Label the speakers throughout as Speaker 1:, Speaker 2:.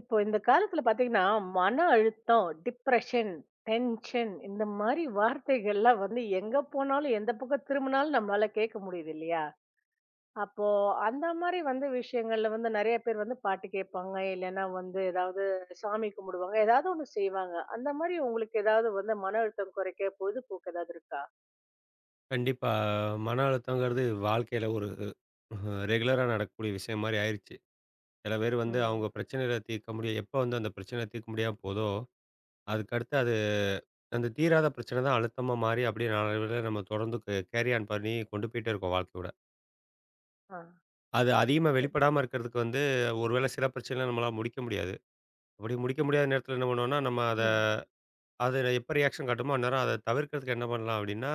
Speaker 1: இப்போ இந்த காலத்துல பாத்தீங்கன்னா, மன அழுத்தம், டிப்ரஷன், டென்ஷன் இந்த மாரி வார்த்தைகள்லாம் வந்து எங்க போனாலும், எந்த பக்கம் திரும்பினாலும் நம்மளால கேட்க முடியுது இல்லையா? அப்போ அந்த மாரி வந்து விஷயங்கள்ல வந்து நெறைய பேர் வந்து பாட்டு கேட்பாங்க. இல்லைன்னா வந்து ஏதாவது சாமி கும்பிடுவாங்க. ஏதாவது ஒண்ணு செய்வாங்க. அந்த மாரி உங்களுக்கு ஏதாவது வந்து மன அழுத்தம் குறைக்க பொழுதுபோக்கு ஏதாவது இருக்கா?
Speaker 2: கண்டிப்பா. மன அழுத்தங்கிறது வாழ்க்கையில ஒரு ரெகுலரா நடக்கக்கூடிய விஷயம் மாரி ஆயிருச்சு. சில பேர் வந்து
Speaker 1: ம்.
Speaker 2: அவங்க பிரச்சனைகள தீர்க்க முடிய எப்போ வந்து அந்த பிரச்சனை தீர்க்க முடியாம போதோ, அதுக்கடுத்து அது அந்த தீராத பிரச்சனை தான் அழுத்தமா மாறி அப்படியே நாளடைவில நம்ம தொடர்ந்து கேரி ஆன் பண்ணி கொண்டு போயிட்டே இருக்கோம் வாழ்க்கையோட.
Speaker 1: ஆ.
Speaker 2: அது அதிகமா
Speaker 1: சரி.
Speaker 2: வெளிப்படாம இருக்கிறதுக்கு வந்து ஒரு வேளை சில பிரச்சனைகள நம்மளால முடிக்க முடியாது. அப்படி முடிக்க முடியாத நேரத்தில என்ன பண்ணுவோம்னா, நம்ம அத
Speaker 1: ம்.
Speaker 2: அது எப்போ ரியாக்ஷன் காட்டுமோ அந்நேரம் அத தவிர்க்கிறதுக்கு என்ன பண்ணலாம் அப்படின்னா,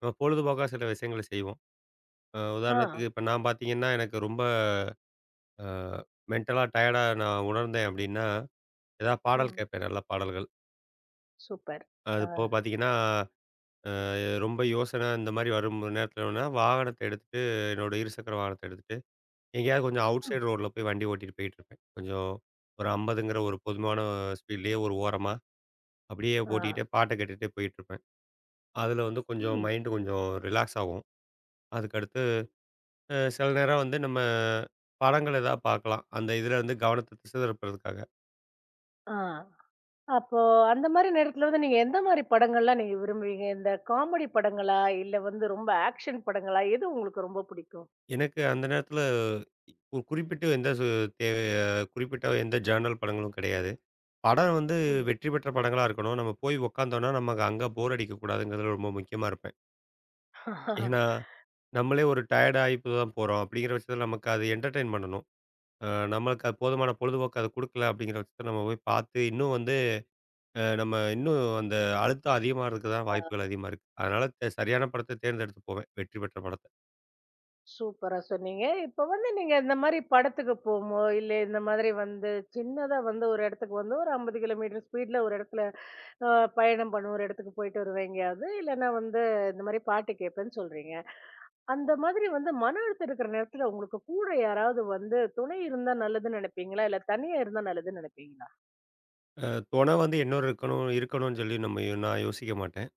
Speaker 2: நம்ம பொழுதுபோக்கா சில விஷயங்கள செய்வோம்.
Speaker 1: ஆ.
Speaker 2: உதாரணத்துக்கு இப்ப நான் பார்த்தீங்கன்னா, எனக்கு ரொம்ப அ மென்டலா டயர்டா நான் உணர்ந்தேன் அப்படின்னா, ஏதாவது பாடல்
Speaker 1: ம்.
Speaker 2: கேட்பேன் நல்ல பாடல்கள்.
Speaker 1: சூப்பர்.
Speaker 2: அது
Speaker 1: ஆ.
Speaker 2: போக பார்த்தீங்கன்னா, ரொம்ப யோசனை இந்த மாதிரி வரும் நேரத்தில என்னன்னா, வாகனத்த எடுத்துட்டு என்னோட இருசக்கர வாகனத்த எடுத்துட்டு, எங்கேயாவது கொஞ்சம் அவுட்
Speaker 1: ம்.
Speaker 2: சைடு ரோட்ல போய் வண்டி ஓட்டிட்டு போயிட்டுருப்பேன். கொஞ்சம் ஒரு 50ங்கிற ஒரு பொதுவான ஸ்பீட்லயே ஒரு ஓரமா, அப்படியே
Speaker 1: ஆ.
Speaker 2: ஓட்டிக்கிட்டே பாட்ட கேட்டுட்டே போயிட்டுருப்பேன். அதில வந்து கொஞ்சம்
Speaker 1: ம்.
Speaker 2: மைண்ட் கொஞ்சம் ரிலாக்ஸ் ஆகும். அதுக்கடுத்து சில நேரம் வந்து நம்ம படங்கள் ஏதாவது பார்க்கலாம். அந்த இதில வந்து கவனத்த திசை திருப்புறதுக்காக.
Speaker 1: ஆ. அப்போ அந்த மாரி நேரத்துல வந்து நீங்க எந்த மாரி படங்கள்லாம் நீங்க விரும்புவீங்க? இந்த காமெடி படங்களா? இல்ல வந்து ரொம்ப ஆக்ஷன் படங்களா? எது உங்களுக்கு ரொம்ப பிடிக்கும்?
Speaker 2: எனக்கு அந்த நேரத்தில ஒரு குறிப்பிட்டு எந்த சு தே குறிப்பிட்ட எந்த ஜர்னல் படங்களும் கிடையாது. படம் வந்து
Speaker 1: ம்.
Speaker 2: வெற்றி பெற்ற படங்களா இருக்கணும். நம்ம போய் உட்காந்தோம்னா, நமக்கு அங்க போர் அடிக்கக்கூடாதுங்கிறதுல ரொம்ப முக்கியமா இருப்பேன். ஏன்னா, நம்மளே ஒரு டயர்ட் ஆயி இப்ப தான் போறோம். அப்படிங்கிற பட்சத்தில நமக்கு அது என்டர்டெயின் பண்ணணும். அ நம்மளுக்கு அது போதுமான பொழுதுபோக்கு அது குடுக்கல அப்படிங்கிற பட்சத்தில நம்ம போய் பார்த்து இன்னும் வந்து நம்ம இன்னும் அந்த அழுத்தம் அதிகமாகறதுக்கு தான்
Speaker 1: ஆ.
Speaker 2: வாய்ப்புகள் அதிகமா இருக்கு. அதனால சரியான படத்த தேர்ந்தெடுத்து போவேன். வெற்றி பெற்ற படத்த.
Speaker 1: சூப்பரா சொன்னீங்க. இப்ப வந்து நீங்க இந்த மாரி படத்துக்கு போமோ, இல்ல இந்த மாதிரி வந்து சின்னதா வந்து ஒரு இடத்துக்கு வந்து ஒரு 50 கிலோமீட்டர் ஸ்பீட்ல ஒரு இடத்துல அ பயணம் பண்ணுவோம். ஒரு இடத்துக்கு போயிட்டு வருவேன் எங்கேயாவது. இல்லன்னா வந்து இந்த மாரி பாட்டு கேட்பேன்னு சொல்றீங்க. அந்த மாதிரி வந்து மன அழுத்தம் இருக்கிற நேரத்துல உங்களுக்கு கூட யாராவது வந்து துணை இருந்தா நல்லதுன்னு நினைப்பீங்களா? இல்ல தனியா இருந்தா நல்லதுன்னு நினைப்பீங்களா?
Speaker 2: அ தொண வந்து இன்னொரு இருக்கணும்னு சொல்லி நம்ம நான் யோசிக்க மாட்டேன்.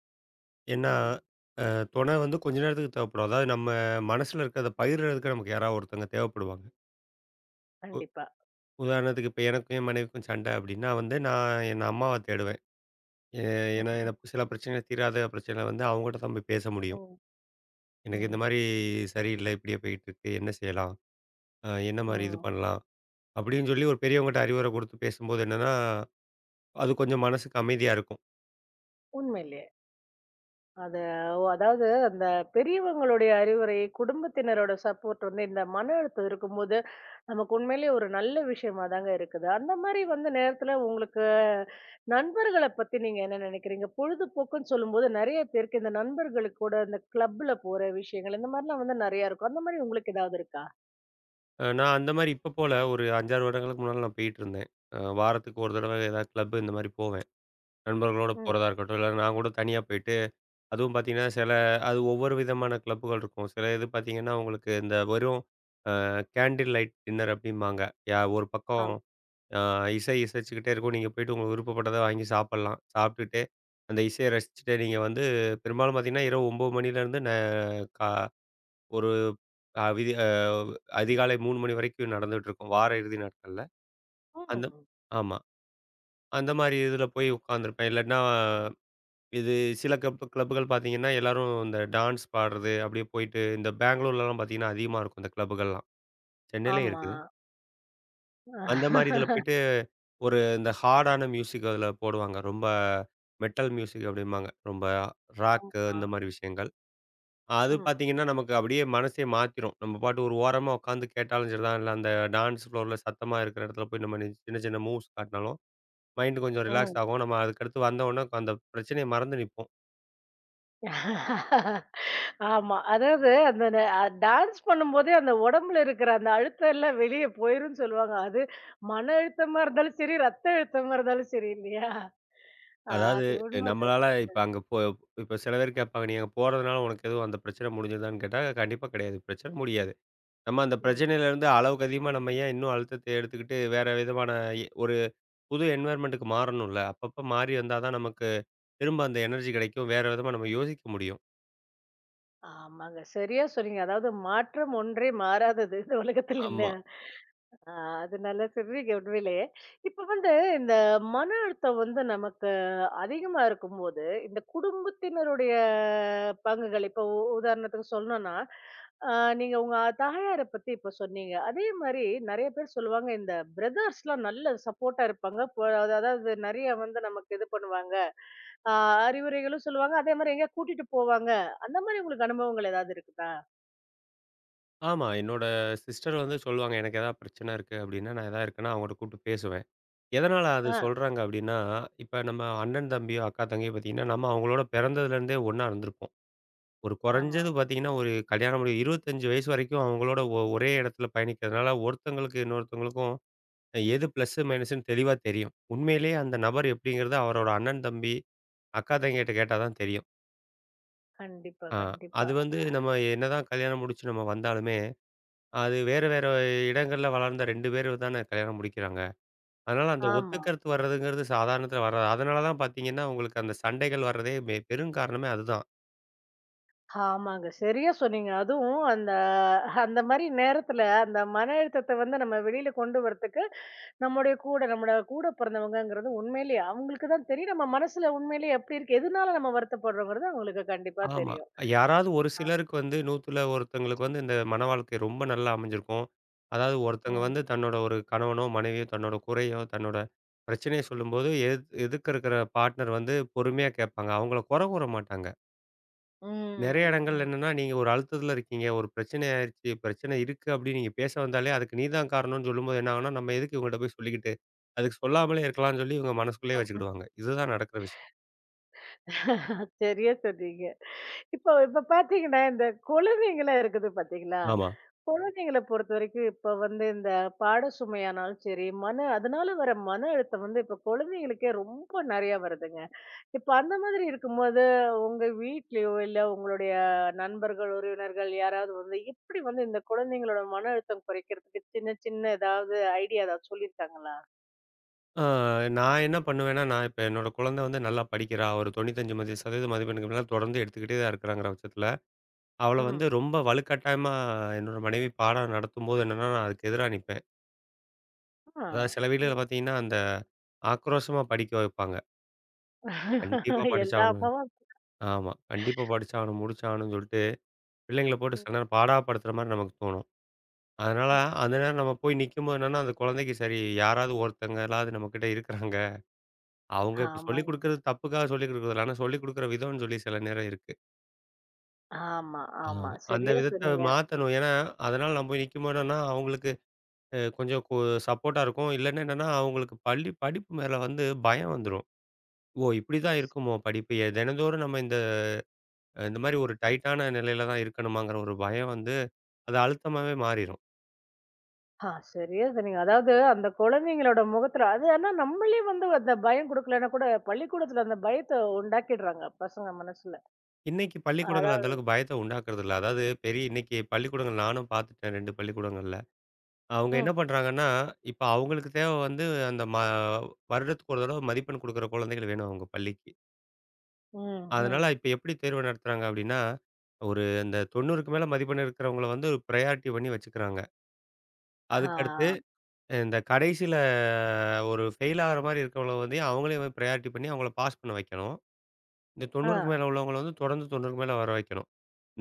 Speaker 2: ஏன்னா,
Speaker 1: ம்.
Speaker 2: அ தொண வந்து கொஞ்ச நேரத்துக்கு தேவைப்படும். அதாவது நம்ம மனசுல இருக்கிறத பகிர்றதுக்கு நமக்கு யாராவது ஒருத்தவங்க தேவைப்படுவாங்க. உ
Speaker 1: கண்டிப்பா.
Speaker 2: உதாரணத்துக்கு இப்ப எனக்கும் என் மனைவிக்கும் சண்டை அப்படின்னா வந்து, நான் என் அம்மாவ தேடுவேன். ஏ ஏன்னா எனக்கு சில பிரச்சனை தீராத பிரச்சனை வந்து அவங்ககிட்ட தான் போய் பேச முடியும்.
Speaker 1: ம்.
Speaker 2: எனக்கு இந்த
Speaker 1: ம்.
Speaker 2: மாரி சரியில்ல, இப்படியே போயிட்டுருக்கு. என்ன செய்யலாம்? என்ன மாரி இது
Speaker 1: ம்.
Speaker 2: பண்ணலாம்? அப்படின்னு சொல்லி ஒரு பெரியவங்ககிட்ட அறிவுரை குடுத்து பேசும்போது என்னன்னா, அது கொஞ்சம் மனசுக்கு அமைதியா இருக்கும்.
Speaker 1: உண்மையிலே. அது அதாவது அந்த பெரியவங்களுடைய அறிவுரை, குடும்பத்தினரோட சப்போர்ட் வந்து இந்த மன அழுத்தம் இருக்கும்போது, நமக்கு உண்மையிலேயே ஒரு நல்ல விஷயமா தாங்க இருக்குது. அந்த மாரி வந்து நேரத்துல உங்களுக்கு நண்பர்கள பத்தி நீங்க என்ன நெனைக்கிறீங்க? பொழுதுபோக்குன்னு சொல்லும்போது நெறைய பேருக்கு இந்த நண்பர்களுக்கு கூட இந்த கிளப்ல போற விஷயங்கள், இந்த மாரிலாம் வந்து நெறையா இருக்கும். அந்த மாரி உங்களுக்கு ஏதாவது இருக்கா?
Speaker 2: நான் அந்த மாரி இப்ப போல ஒரு 5, 6 வருடங்களுக்கு முன்னால நான் போயிட்டுருந்தேன். வாரத்துக்கு ஒரு தடவை ஏதாவது கிளப் இந்த மாரி போவேன். நண்பர்களோட
Speaker 1: ம்.
Speaker 2: போறதா இருக்கட்டும், இல்ல நான் கூட தனியா போயிட்டு, அதுவும் பார்த்தீங்கன்னா, சில அது ஒவ்வொரு விதமான கிளப்புகள் இருக்கும். சில இது பார்த்தீங்கன்னா, உங்களுக்கு இந்த வெறும் கேண்டில் லைட் டின்னர் அப்டிம்பாங்க. ஒரு பக்கம்
Speaker 1: ஆம்.
Speaker 2: அ இசை இசைச்சுக்கிட்டே இருக்கும். நீங்க போயிட்டு உங்களுக்கு விருப்பப்பட்டத வாங்கி சாப்பிடலாம். சாப்பிட்டுட்டு, அந்த இசைய ரசிச்சுட்டு நீங்க வந்து பெரும்பாலும் பார்த்தீங்கன்னா, இரவு 9 மணிலேருந்து ந கா ஒரு அ விதி அ அதிகாலை 3 மணி வரைக்கும் நடந்துட்டு இருக்கும். வார இறுதி நாட்கள்ல. அந்த
Speaker 1: ம்.
Speaker 2: ஆமா. அந்த மாரி இதுல போய் உட்காந்துருப்பேன். இல்லாட்டினா இது சில கிளப்புகள் பார்த்தீங்கன்னா, எல்லாரும் இந்த டான்ஸ் பாடுறது, அப்படியே போயிட்டு இந்த பெங்களூர்லலாம் பார்த்தீங்கன்னா, அதிகமா இருக்கும் இந்த கிளப்புகள்லாம். சென்னையிலயும்
Speaker 1: ஆமா.
Speaker 2: இருக்குது. அந்த மாரி இதில போயிட்டு ஒரு இந்த ஹார்டான மியூசிக் அதில போடுவாங்க. ரொம்ப மெட்டல் மியூசிக் அப்படிம்பாங்க. ரொம்ப ராக்கு
Speaker 1: ஆமா.
Speaker 2: இந்த மாரி விஷயங்கள். அது
Speaker 1: ம்.
Speaker 2: பார்த்தீங்கன்னா, நமக்கு அப்படியே மனசே மாத்திரும். நம்ம பாட்டு ஒரு ஓரமா உட்காந்து கேட்டாலும் சரிதான், இல்ல அந்த டான்ஸ் ஃப்ளோர்ல சத்தமா இருக்கிற இடத்துல போய் நம்ம சின்ன சின்ன மூவ்ஸ் காட்டினாலும், மைண்ட் கொஞ்சம் ரிலாக்ஸ்
Speaker 1: ம்.
Speaker 2: ஆகும். நம்ம அதுக்கடுத்து வந்த உடனே அந்த பிரச்சனைய மறந்து நிப்போம்.
Speaker 1: ஆமா. அதாவது அந்த ந அ டான்ஸ் பண்ணும்போதே அந்த உடம்புல இருக்கிற அந்த அழுத்தம் எல்லாம் வெளிய போயிரும்ன்னு சொல்லுவாங்க. அது மன அழுத்தமா இருந்தாலும் சரி, ரத்த அழுத்தமா இருந்தாலும் சரி இல்லையா? ஆ,
Speaker 2: அதாவது
Speaker 1: அது உண்மை
Speaker 2: நம்மளால
Speaker 1: தாங்க.
Speaker 2: இப்ப அங்க போ இப்ப சில பேர் கேட்பாங்க, "நீ அங்க போறதுனால உனக்கு எதுவும் அந்த பிரச்சனை முடிஞ்சுதான்னு?" கேட்டா, கண்டிப்பா கிடையாது. பிரச்சனை முடியாது. நம்ம அந்த
Speaker 1: ம்.
Speaker 2: பிரச்சனையிலேருந்து அளவுக்கு அதிகமா நம்ம ஏன் இன்னும் அழுத்தத்தை எடுத்துக்கிட்டு, வேற விதமான ஒரு புது என்வாயர்மெண்ட்டுக்கு மாறணும்ல. அப்பப்ப மாறி வந்தா தான் நமக்கு திரும்ப அந்த எனர்ஜி கிடைக்கும். வேற விதமா நம்ம யோசிக்க முடியும்.
Speaker 1: ஆமாங்க. சரியா சொன்னீங்க. அதாவது மாற்றம் ஒன்றே மாறாதது இந்த உலகத்துல இல்ல.
Speaker 2: ஆமா.
Speaker 1: ஆ, அது நல்லா சொல்றீங்க உண்மையிலேயே. இப்ப வந்து இந்த மன அழுத்தம் வந்து நமக்கு அதிகமா இருக்கும்போது, இந்த குடும்பத்தினருடைய பங்குகள் இப்போ உதாரணத்துக்கு சொல்லணும்னா, அ நீங்க உங்க தாயார பத்தி இப்ப சொன்னீங்க. அதே மாரி நெறைய பேர் சொல்லுவாங்க, இந்த பிரதர்ஸ்லாம் நல்ல சப்போர்ட்டா இருப்பாங்க. அதாவது நெறைய வந்து நமக்கு இது பண்ணுவாங்க. அ அறிவுரைகளும் சொல்லுவாங்க. அதே மாரி எங்கேயா கூட்டிட்டு போவாங்க. அந்த மாரி உங்களுக்கு அனுபவங்கள் ஏதாவது இருக்குதா?
Speaker 2: ஆமா. என்னோட சிஸ்டர் வந்து சொல்லுவாங்க, "எனக்கு எதாவது பிரச்சனை இருக்கு." அப்படீன்னா, நான் எதா இருக்குன்னா அவங்கட்ட கூப்ட்டு பேசுவேன். எதனால அது
Speaker 1: ஆ,
Speaker 2: சொல்றாங்க அப்படீன்னா, இப்ப நம்ம அண்ணன், தம்பியோ, அக்கா, தங்கையோ பார்த்தீங்கன்னா, நம்ம அவங்களோட பிறந்ததுலேருந்தே ஒண்ணா இருந்திருப்போம். ஒரு
Speaker 1: ஆமா.
Speaker 2: குறைஞ்சது பார்த்தீங்கன்னா, ஒரு கல்யாணம் முடிய 25 வயசு வரைக்கும் அவங்களோட ஒரே இடத்துல பயணிக்கிறதுனால, ஒருத்தங்களுக்கு இன்னொருத்தவங்களுக்கும் எது பிளஸ், மைனஸ்ன்னு தெளிவா தெரியும். உண்மையிலேயே அந்த நபர் எப்படிங்கிறது அவரோட அண்ணன், தம்பி, அக்கா, தங்கைட்ட கேட்டா தான் தெரியும்.
Speaker 1: கண்டிப்பா,
Speaker 2: ஆ
Speaker 1: கண்டிப்பா.
Speaker 2: அது வந்து
Speaker 1: அ,
Speaker 2: நம்ம என்னதான் கல்யாணம் முடிச்சு நம்ம வந்தாலுமே, அது வேற வேற இடங்கள்ல வளர்ந்த 2 பேரு தானே கல்யாணம் முடிக்கிறாங்க. அதனால அந்த
Speaker 1: ஆமா.
Speaker 2: ஒத்துக்கருத்து வர்றதுங்கிறது சாதாரணத்துல வராது. அதனால தான் பார்த்தீங்கன்னா, உங்களுக்கு அந்த சண்டைகள் வர்றதே பெரும் காரணமே அதுதான்.
Speaker 1: ஆமாங்க. சரியா சொன்னீங்க. அதுவும் அந்த அந்த மாரி நேரத்துல அந்த மன அழுத்தத்த வந்து நம்ம வெளியில கொண்டு வரதுக்கு, நம்முடைய கூட நம்மட கூட பிறந்தவங்கங்கிறது உண்மையிலேயே அவங்களுக்கு தான் தெரியும். நம்ம மனசுல உண்மையிலேயே எப்படி இருக்கு, எதுனால நம்ம வருத்தப்படுறோங்கிறது அவங்களுக்கு கண்டிப்பா
Speaker 2: ஆமா.
Speaker 1: தெரியும்.
Speaker 2: யாராவது ஒரு
Speaker 1: ஆ.
Speaker 2: சிலருக்கு வந்து 100ல ஒருத்தங்களுக்கு வந்து இந்த மன வாழ்க்கை ரொம்ப நல்லா அமைஞ்சிருக்கும். அதாவது ஒருத்தங்க
Speaker 1: ம்.
Speaker 2: வந்து தன்னோட ஒரு கணவனோ, மனைவியோ தன்னோட குறையோ, தன்னோட பிரச்சனைய சொல்லும்போது எதிர்க்க இருக்கிற பார்ட்னர் வந்து பொறுமையா கேட்பாங்க. அவங்கள குறை கூற மாட்டாங்க. நெறைய
Speaker 1: ம்.
Speaker 2: இடங்கள்ல
Speaker 1: ம்.
Speaker 2: என்னன்னா, நீங்க ஒரு அழுத்தத்தில இருக்கீங்க, ஒரு பிரச்சனை ஆயிருச்சு, பிரச்சனை இருக்கு அப்படின்னு நீங்க பேச வந்தாலே, அதுக்கு நீ தான் காரணம்னு சொல்லும்போது என்ன ஆகும்னா, நம்ம எதுக்கு இவங்ககிட்ட போய் சொல்லிக்கிட்டு, அதுக்கு சொல்லாமலே இருக்கலாம்னு சொல்லி இவங்க மனசுக்குள்ளேயே வச்சுக்கிடுவாங்க. இதுதான் நடக்கிற விஷயம்.
Speaker 1: சரியா சொன்னீங்க. இப்போ இப்ப பாத்தீங்கன்னா, இந்த குழந்தைங்கலாம் இருக்குது பாத்தீங்களா?
Speaker 2: ஆமா.
Speaker 1: குழந்தைங்கள பொறுத்தவரைக்கும் இப்ப வந்து இந்த பாட சுமையானாலும் சரி, மன அதனால வர மன அழுத்தம் வந்து இப்ப குழந்தைங்களுக்கே ரொம்ப நெறையா வருதுங்க. இப்ப அந்த மாதிரி இருக்கும்போது, உங்க வீட்லயோ, இல்ல உங்களுடைய நண்பர்கள், உறவினர்கள் யாராவது வந்து எப்படி வந்து இந்த குழந்தைங்களோட மன அழுத்தம் குறைக்கிறதுக்கு சின்ன சின்ன ஏதாவது ஐடியா ஏதாவது சொல்லியிருக்காங்களா?
Speaker 2: ஆ, நான் என்ன பண்ணுவேன்னா, நான் இப்ப என்னோட குழந்தை வந்து நல்லா படிக்கிறா. ஒரு 95% மதிப்பெண்ணுக்கு மேல தொடர்ந்து எடுத்துக்கிட்டே தான் இருக்கிறாங்கிற பட்சத்தில, அவள வந்து
Speaker 1: ம்.
Speaker 2: ரொம்ப வலுக்கட்டாயமா என்னோட மனைவி பாடம் நடத்தும்போது என்னன்னா, நான் அதுக்கு எதிரா நிப்பேன்.
Speaker 1: ஆ.
Speaker 2: அதாவது சில
Speaker 1: ம்.
Speaker 2: வீடுகள்ல பார்த்தீங்கன்னா, அந்த ஆக்ரோஷமா படிக்க வைப்பாங்க. கண்டிப்பா
Speaker 1: எல்லா
Speaker 2: படிச்சாகணும்.
Speaker 1: அம்மாவும்
Speaker 2: ஆமா. கண்டிப்பா படிச்சாகணும், முடிச்சாகணும்னு சொல்லிட்டு, பிள்ளைங்கள போட்டு
Speaker 1: ம்,
Speaker 2: சில நேரம் பாடாப்படுத்துற மாரி நமக்கு தோணும். அதனால,
Speaker 1: ம்.
Speaker 2: அந்த நேரம் நம்ம போய் நிக்கும்போது என்னன்னா, அந்த குழந்தைக்கு சரி யாராவது ஒருத்தங்களாவது நம்மகிட்ட இருக்கிறாங்க. அவங்க இப்ப சொல்லிக்
Speaker 1: ஆமாங்க.
Speaker 2: குடுக்குறது தப்புக்காக சொல்லிக் குடுக்குறது இல்ல. ஆனா சொல்லிக் குடுக்குற விதம்னு சொல்லி சில நேரம் இருக்கு.
Speaker 1: ஆமா,
Speaker 2: ஆ.
Speaker 1: ஆமா.
Speaker 2: அந்த
Speaker 1: சரியா
Speaker 2: விதத்த
Speaker 1: சொன்னீங்க.
Speaker 2: மாத்தணும். ஏன்னா, அதனால நம்ம போய் நிக்கும்போது என்னன்னா, அவங்களுக்கு அ கொஞ்சம் கு சப்போர்ட்டா இருக்கும். இல்லன்னா என்னன்னா, அவங்களுக்கு பள்ளி படிப்பு மேல வந்து பயம் வந்துரும். ஓ! இப்படிதான் இருக்குமோ படிப்பு. தினந்தோறும் நம்ம இந்த இந்த மாரி ஒரு டைட்டான நிலையில தான் இருக்கணுமாங்கிற ஒரு பயம் வந்து, அது அழுத்தமாவே மாறிரும்.
Speaker 1: ஆ, சரியா சொன்னீங்க. அதாவது அந்த குழந்தைங்களோட முகத்துல அது ஆனா நம்மளே வந்து அந்த பயம் குடுக்கலன்னா கூட பள்ளிக்கூடத்துல அந்த பயத்த உண்டாக்கிடுறாங்க பசங்க மனசுல.
Speaker 2: இன்னைக்கு பள்ளிக்கூடங்கள் அந்த
Speaker 1: அதான்
Speaker 2: அளவுக்கு பயத்த உண்டாக்குறதில்ல. அதாவது பெரிய இன்னைக்கு பள்ளிக்கூடங்கள் நானும் பாத்துட்டேன் 2 பள்ளிக்கூடங்கள்ல. அவங்க
Speaker 1: ம்,
Speaker 2: என்ன பண்றாங்கன்னா, இப்ப அவங்களுக்கு தேவை வந்து அந்த ம வருடத்துக்கு ஒரு தடவ மதிப்பெண் குடுக்குற குழந்தைகள் வேணும் அவங்க பள்ளிக்கு.
Speaker 1: ம்,
Speaker 2: அதனால
Speaker 1: ம்.
Speaker 2: இப்ப எப்படி தேர்வு நடத்துறாங்க அப்படின்னா, ஒரு அந்த 90க்கு மேல மதிப்பெண் இருக்கிறவங்கள வந்து பிரையாரிட்டி பண்ணி வச்சுக்கிறாங்க.
Speaker 1: ஆ,
Speaker 2: அதுக்கடுத்து இந்த கடைசியில ஒரு ஃபெயில் ஆகுற மாரி இருக்கிறவங்கள வந்து அவங்களையும் பிரையாரிட்டி பண்ணி அவங்கள பாஸ் பண்ண வைக்கணும். இந்த
Speaker 1: ஆ.
Speaker 2: 90க்கு மேல உள்ளவங்கள வந்து தொடர்ந்து 90க்கு மேல வர வைக்கணும்.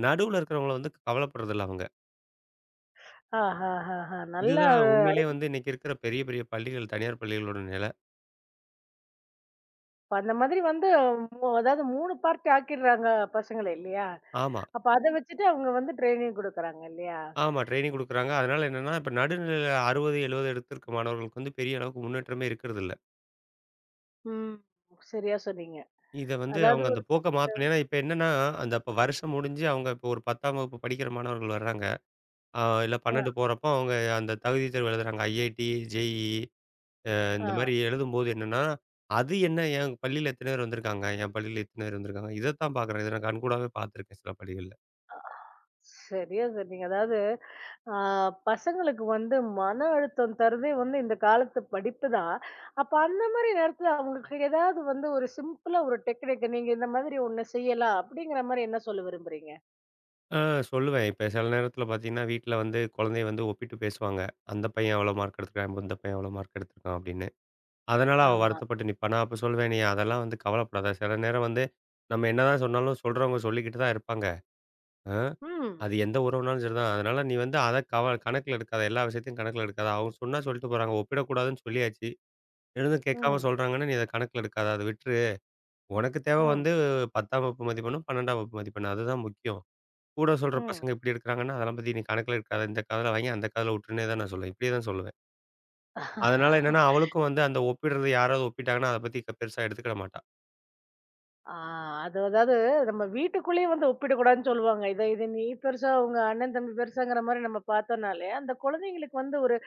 Speaker 2: நடுவுல இருக்கிறவங்கள வந்து கவலைப்படுறதில்ல அவங்க.
Speaker 1: ஆஹாஹாஹா! நல்ல
Speaker 2: இதுதான்
Speaker 1: ஒரு-
Speaker 2: உண்மையிலேயே வந்து இன்னைக்கு இருக்கிற பெரிய பெரிய பள்ளிகள், தனியார் பள்ளிகளோட நிலை.
Speaker 1: அந்த மாதிரி வந்து அதாவது 3 பார்ட் ஆக்கிடுறாங்க பசங்கள இல்லையா?
Speaker 2: ஆமா.
Speaker 1: அப்ப அத வச்சுட்டு அவங்க வந்து ட்ரெய்னிங் குடுக்குறாங்க இல்லையா?
Speaker 2: ஆமா. ட்ரெய்னிங் குடுக்குறாங்க. அதனால என்னன்னா, இப்ப நடுநிலையில 60, 70 எடுத்திருக்க மாணவர்களுக்கு வந்து பெரிய அளவுக்கு முன்னேற்றமே இருக்கிறதில்ல.
Speaker 1: ம். சரியா சொன்னீங்க.
Speaker 2: இத வந்து
Speaker 1: அதாவது
Speaker 2: அவங்க அந்த
Speaker 1: ஒரு
Speaker 2: போக்க மாத்தணும். ஏன்னா, இப்ப என்னன்னா, அந்த இப்ப வருஷம் முடிஞ்சு அவங்க இப்ப ஒரு 10ஆம் வகுப்பு படிக்கிற மாணவர்கள் வர்றாங்க. ஆ இல்ல
Speaker 1: ஆ,
Speaker 2: 12 போறப்போ அவங்க அந்த தகுதி தேர்வு எழுதுறாங்க. ஐஐடி, ஜேஇஇ இந்த
Speaker 1: ஆ.
Speaker 2: மாரி எழுதும்போது என்னன்னா, அது என்ன என் பள்ளியில இத்தன பேர் வந்திருக்காங்க, என் பள்ளியில இத்தன பேர் வந்திருக்காங்க. இதத்தான் பாக்குறேன். இத நான் கண்கூடாவே பாத்துருக்கேன் சில பள்ளிகள்ல.
Speaker 1: சரியா சொன்னீங்க. அதாவது, ஆ பசங்களுக்கு வந்து மன அழுத்தம் தர்றதே வந்து இந்த காலத்து படிப்பு தான். அப்ப அந்த மாரி நேரத்துல அவங்களுக்கு ஏதாவது வந்து ஒரு சிம்பிளா ஒரு டெக்னிக் நீங்க இந்த மாதிரி ஒண்ணு செய்யலாம் அப்படிங்கிற மாரி என்ன சொல்ல விரும்புறீங்க?
Speaker 2: ஆ சொல்லுவேன். இப்ப சில நேரத்தில பார்த்தீங்கன்னா, வீட்ல வந்து குழந்தைய வந்து ஒப்பிட்டு பேசுவாங்க. அந்த பையன் அவ்வளோ மார்க் எடுத்துருக்கான், இந்த பையன் அவ்வளோ மார்க் எடுத்துருக்கான் அப்படின்னு. அதனால அவ
Speaker 1: ஆமா.
Speaker 2: வருத்தப்பட்டு நிப்பா. நான் அப்ப சொல்லுவேன், "நீ அதெல்லாம் வந்து கவலைப்படாத. சில நேரம் வந்து நம்ம என்னதான் சொன்னாலும் சொல்றவங்க சொல்லிக்கிட்டு தான் இருப்பாங்க. ஆ
Speaker 1: ம்.
Speaker 2: அது எந்த உறவுனாலும் சரிதான். அதனால நீ வந்து அத கணக்கில எடுக்காத. எல்லா விஷயத்தையும் கணக்கில எடுக்காத. அவங்க சொன்னா சொல்லிட்டு போறாங்க. ஒப்பிடக்கூடாதுன்னு சொல்லியாச்சு. இருந்தும் கேட்காம
Speaker 1: ம்.
Speaker 2: சொல்றாங்கன்னா, நீ அத கணக்கில எடுக்காத. அத விட்டுரு. உனக்கு தேவை
Speaker 1: ம்.
Speaker 2: வந்து 10ஆம் வகுப்பு மதிப்பெண்ணும், 12ஆம் வகுப்பு மதிப்பெண்ணும் அதுதான் முக்கியம்." கூட சொல்ற
Speaker 1: ம்.
Speaker 2: பசங்க இப்படி இருக்கிறாங்கன்னா, அதெல்லாம் பத்தி நீ கணக்குல எடுக்காத. இந்த காதுல வாங்கி, அந்த காதுல உட்டுருன்னே தான் நான் சொல்லுவேன். இப்படியே தான் சொல்லுவேன். அதனால என்னன்னா, அவளுக்கும் வந்து அந்த ஒப்பிடுறது யாராவது ஒப்பிட்டாங்கன்னா, அத பத்தி பெருசா எடுத்துக்கிட மாட்டா.
Speaker 1: ஆ அது அதாவது நம்ம வீட்டுக்குள்ளேயே வந்து ஒப்பிடக்கூடாதுன்னு சொல்லுவாங்க. இத இது நீ பெருசா, உங்க அண்ணன் தம்பி பெருசாங்கிற மாரி நம்ம பார்த்தோம்னாலே, அந்த குழந்தைங்களுக்கு வந்து ஒரு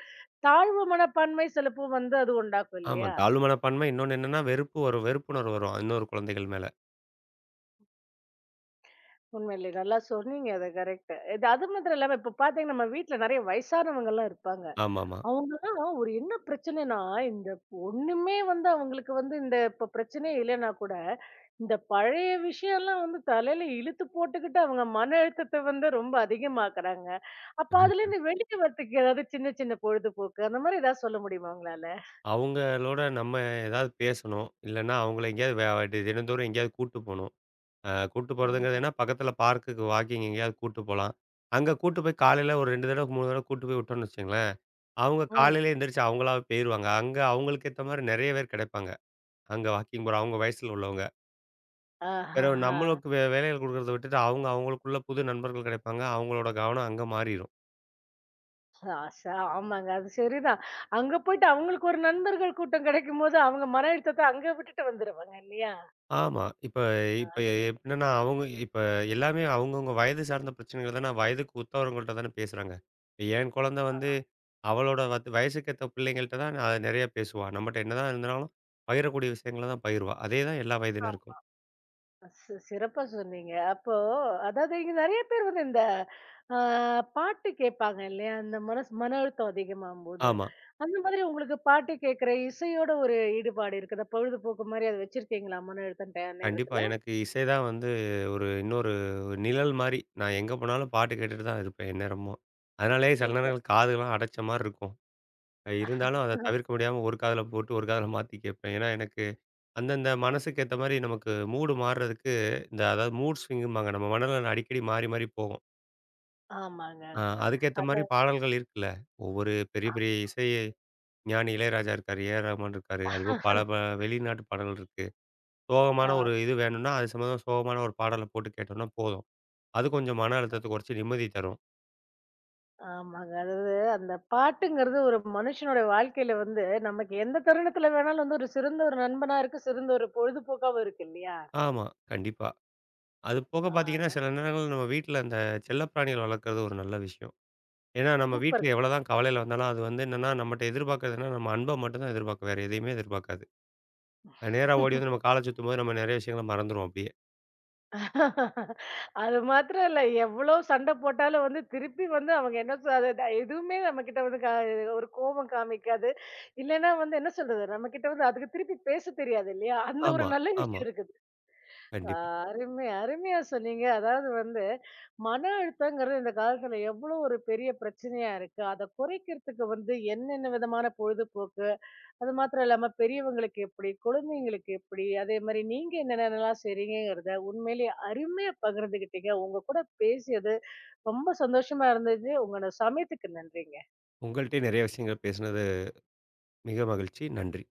Speaker 1: தாழ்வு மனப்பான்மை சிலப்போ வந்து அது உண்டாக்கும்
Speaker 2: ஆமா.
Speaker 1: இல்லையா?
Speaker 2: தாழ்வு மனப்பான்மை. இன்னொன்னு என்னன்னா, வெறுப்பு வரும். வெறுப்புணர்வு வரும். இன்னொரு குழந்தைகள் மேல.
Speaker 1: உண்மையிலே நல்லா சொன்னீங்க. அது கரெக்ட்டு. இது அது மாத்திரம் இல்லாம இப்ப பார்த்தீங்கன்னா, நம்ம வீட்ல நெறைய வயசானவங்கலாம் இருப்பாங்க.
Speaker 2: ஆமாமா.
Speaker 1: அவங்கலாம் ஒரு என்ன பிரச்சனைன்னா, இந்த ஒண்ணுமே வந்து அவங்களுக்கு வந்து இந்த இப்ப பிரச்சனையே இல்லைன்னா கூட, இந்த பழைய விஷயம்லாம் வந்து தலையில இழுத்து போட்டுக்கிட்டு அவங்க மன அழுத்தத்த வந்து ரொம்ப அதிகமாக்குறாங்க. அப்ப அதுலேருந்து வெளிய வரதுக்கு ஏதாவது சின்ன சின்ன பொழுதுபோக்கு அந்த மாரி ஏதாவது சொல்ல முடியுமா உங்களால?
Speaker 2: அவங்களோட நம்ம ஏதாவது பேசணும். இல்லன்னா அவங்கள எங்கேயாவது வே டி தினந்தோறும் எங்கேயாவது கூட்டு போணும். கூட்டு
Speaker 1: ம்.
Speaker 2: போறதுங்கிறது என்ன, பக்கத்துல பார்க்குக்கு வாக்கிங் எங்கேயாவது கூட்டு போலாம். அங்க கூட்டு போய் காலையில ஒரு 2 தடவ, 3 தடவ கூட்டு போய் விட்டோம்னு வச்சுக்கங்களேன் அவங்க
Speaker 1: ம்.
Speaker 2: காலையில எந்திரிச்சு அவங்களாவே போயிருவாங்க. அங்க அவங்களுக்கு ஏத்த மாரி நெறைய பேர் கிடைப்பாங்க. அங்க வாக்கிங் போற அவங்க வயசுல உள்ளவங்க. பிறகு
Speaker 1: ஆஹஹா!
Speaker 2: நம்மளுக்கு வேலைகள் குடுக்கறத விட்டுட்டு அவங்க அவங்களுக்குள்ள புது நண்பர்கள் கிடைப்பாங்க. அவங்களோட கவனம் அங்க மாறிரும்.
Speaker 1: ஆ ச ஆமாங்க. அது சரிதான். அங்க போயிட்டு அவங்களுக்கு ஒரு நண்பர்கள் கூட்டம் கிடைக்கும்போது, அவங்க மன அழுத்தத்த அங்க விட்டுட்டு வந்துருவாங்க இல்லையா?
Speaker 2: ஆமா. இப்ப
Speaker 1: ஆ
Speaker 2: இப்ப என்னன்னா அவங்க இப்ப எல்லாமே அவங்கவங்க வயது சார்ந்த பிரச்சனைகள் தான வயதுக்கு ஒத்தவர்கள்ட்ட தானே பேசுறாங்க. இப்ப என் குழந்தை வந்து அவளோட வயசுக்கு ஏத்த பிள்ளைங்கள்ட்ட தான் நெறைய பேசுவா. நம்மட்ட என்னதான் இருந்தாலும் பகிரக்கூடிய விஷயங்கள தான் பகிர்வா. அதே தான் எல்லா வயதினருக்கும்.
Speaker 1: சிறப்பா சொன்னீங்க. அப்போ அதாவது இங்க நெறைய பேர் வந்து இந்த ஆ பாட்டு கேட்பாங்க இல்லையா? இந்த மனசு மன அழுத்தம் அதிகமாகும்போது.
Speaker 2: ஆமா.
Speaker 1: அந்த மாதிரி உங்களுக்கு பாட்டு கேட்கிற இசையோட ஒரு ஈடுபாடு இருக்குதா? பொழுதுபோக்கு மாரி அத வச்சிருக்கீங்களா? மன அழுத்தம் டே
Speaker 2: கண்டிப்பா.
Speaker 1: நேரத்துல?
Speaker 2: எனக்கு இசை தான் வந்து ஒரு இன்னொரு நிழல் மாரி. நான் எங்க போனாலும் பாட்டு கேட்டுட்டு தான் இருப்பேன் எந்நேரமும். அதனாலேயே சில
Speaker 1: சூப்பர்.
Speaker 2: நேரங்கள் காதுலாம் அடைச்ச மாரி இருக்கும். இருந்தாலும் அத தவிர்க்க முடியாம ஒரு காதுல போட்டு ஒரு காதுல மாத்தி கேட்பேன். ஏன்னா எனக்கு அந்தந்த மனசுக்கு ஏத்த மாரி நமக்கு மூடு மாறுறதுக்கு இந்த அதாவது மூட் ஸ்விங்கும்பாங்க. நம்ம மனநலன் அடிக்கடி மாறி மாறி போகும்.
Speaker 1: ஆமாங்க.
Speaker 2: அ அதுக்கேத்த
Speaker 1: அத
Speaker 2: மாரி பாடல்கள் இருக்குல்ல. ஒவ்வொரு பெரிய பெரிய இசை ஞானி இளையராஜா இருக்காரு, ஏ ஆர் ரகுமான் இருக்காரு. அதுபோக பல வெளிநாட்டு பாடல்கள் இருக்கு.
Speaker 1: ஆ.
Speaker 2: சோகமான ஒரு இது வேணும்னா, அது சம்மந்தமா சோகமான ஒரு பாடல போட்டு கேட்டோம்னா போதும். அது கொஞ்சம் மன அழுத்தத்த குறைச்சு நிம்மதி தரும்.
Speaker 1: ஆமாங்க. அதாவது அந்த பாட்டுங்கிறது ஒரு மனுஷனுடைய வாழ்க்கையில வந்து, நமக்கு எந்த தருணத்துல வேணாலும் வந்து ஒரு சிறந்த ஒரு நண்பனா இருக்கு, சிறந்த ஒரு பொழுதுபோக்காவும் இருக்கு இல்லையா?
Speaker 2: ஆமா, கண்டிப்பா. அது போக
Speaker 1: ஆ
Speaker 2: பார்த்தீங்கன்னா, சில நேரங்கள்ல நம்ம வீட்ல அந்த செல்லப்பிராணிகள் வளர்க்கறது ஒரு நல்ல விஷயம். ஏன்னா, நம்ம
Speaker 1: சூப்பர்.
Speaker 2: வீட்ல எவ்வளோதான் கவலையில வந்தாலும், அது வந்து என்னன்னா நம்மட்ட எதிர்பார்க்கறது என்னன்னா, நம்ம அன்ப மட்டும் தான் எதிர்பார்க்கும். வேற எதையுமே எதிர்பார்க்காது. அது நேரா ஓடி வந்து நம்ம கால சுத்தும்போது, நம்ம நெறைய விஷயங்கள மறந்துருவோம் அப்படியே.
Speaker 1: அது மாத்திரம் இல்ல, எவ்ளோ சண்டை போட்டாலும் வந்து திருப்பி வந்து அவங்க என்ன சொ அது த எதுவுமே நம்மகிட்ட வந்து கா ஒரு கோபம் காமிக்காது. இல்லன்னா வந்து என்ன சொல்றது? நம்மகிட்ட வந்து அதுக்கு திருப்பி பேச தெரியாது இல்லையா? அந்த ஒரு
Speaker 2: ஆமா,
Speaker 1: நல்ல
Speaker 2: ஆமா.
Speaker 1: விஷயம் இருக்குது. ஆ,
Speaker 2: கண்டிப்பா.
Speaker 1: அருமை, அருமையா சொன்னீங்க. அதாவது வந்து, மன அழுத்தங்கிறது இந்த காலத்துல எவ்வளோ ஒரு பெரிய பிரச்சனையா இருக்கு. அத குறைக்கிறதுக்கு வந்து என்னென்ன விதமான பொழுதுபோக்கு, அது மாத்திரம் இல்லாம பெரியவங்களுக்கு எப்படி, குழந்தைங்களுக்கு எப்படி, அதே மாரி நீங்க என்னென்னலாம் செய்றீங்கங்கிறத உண்மையிலேயே அருமையா பகிர்ந்துக்கிட்டீங்க. உங்க கூட பேசியது ரொம்ப சந்தோஷமா இருந்தது. உங்களோட சமயத்துக்கு நன்றிங்க.
Speaker 2: உங்கள்ட்டயும் நெறைய விஷயங்கள் பேசினது மிக மகிழ்ச்சி. நன்றி.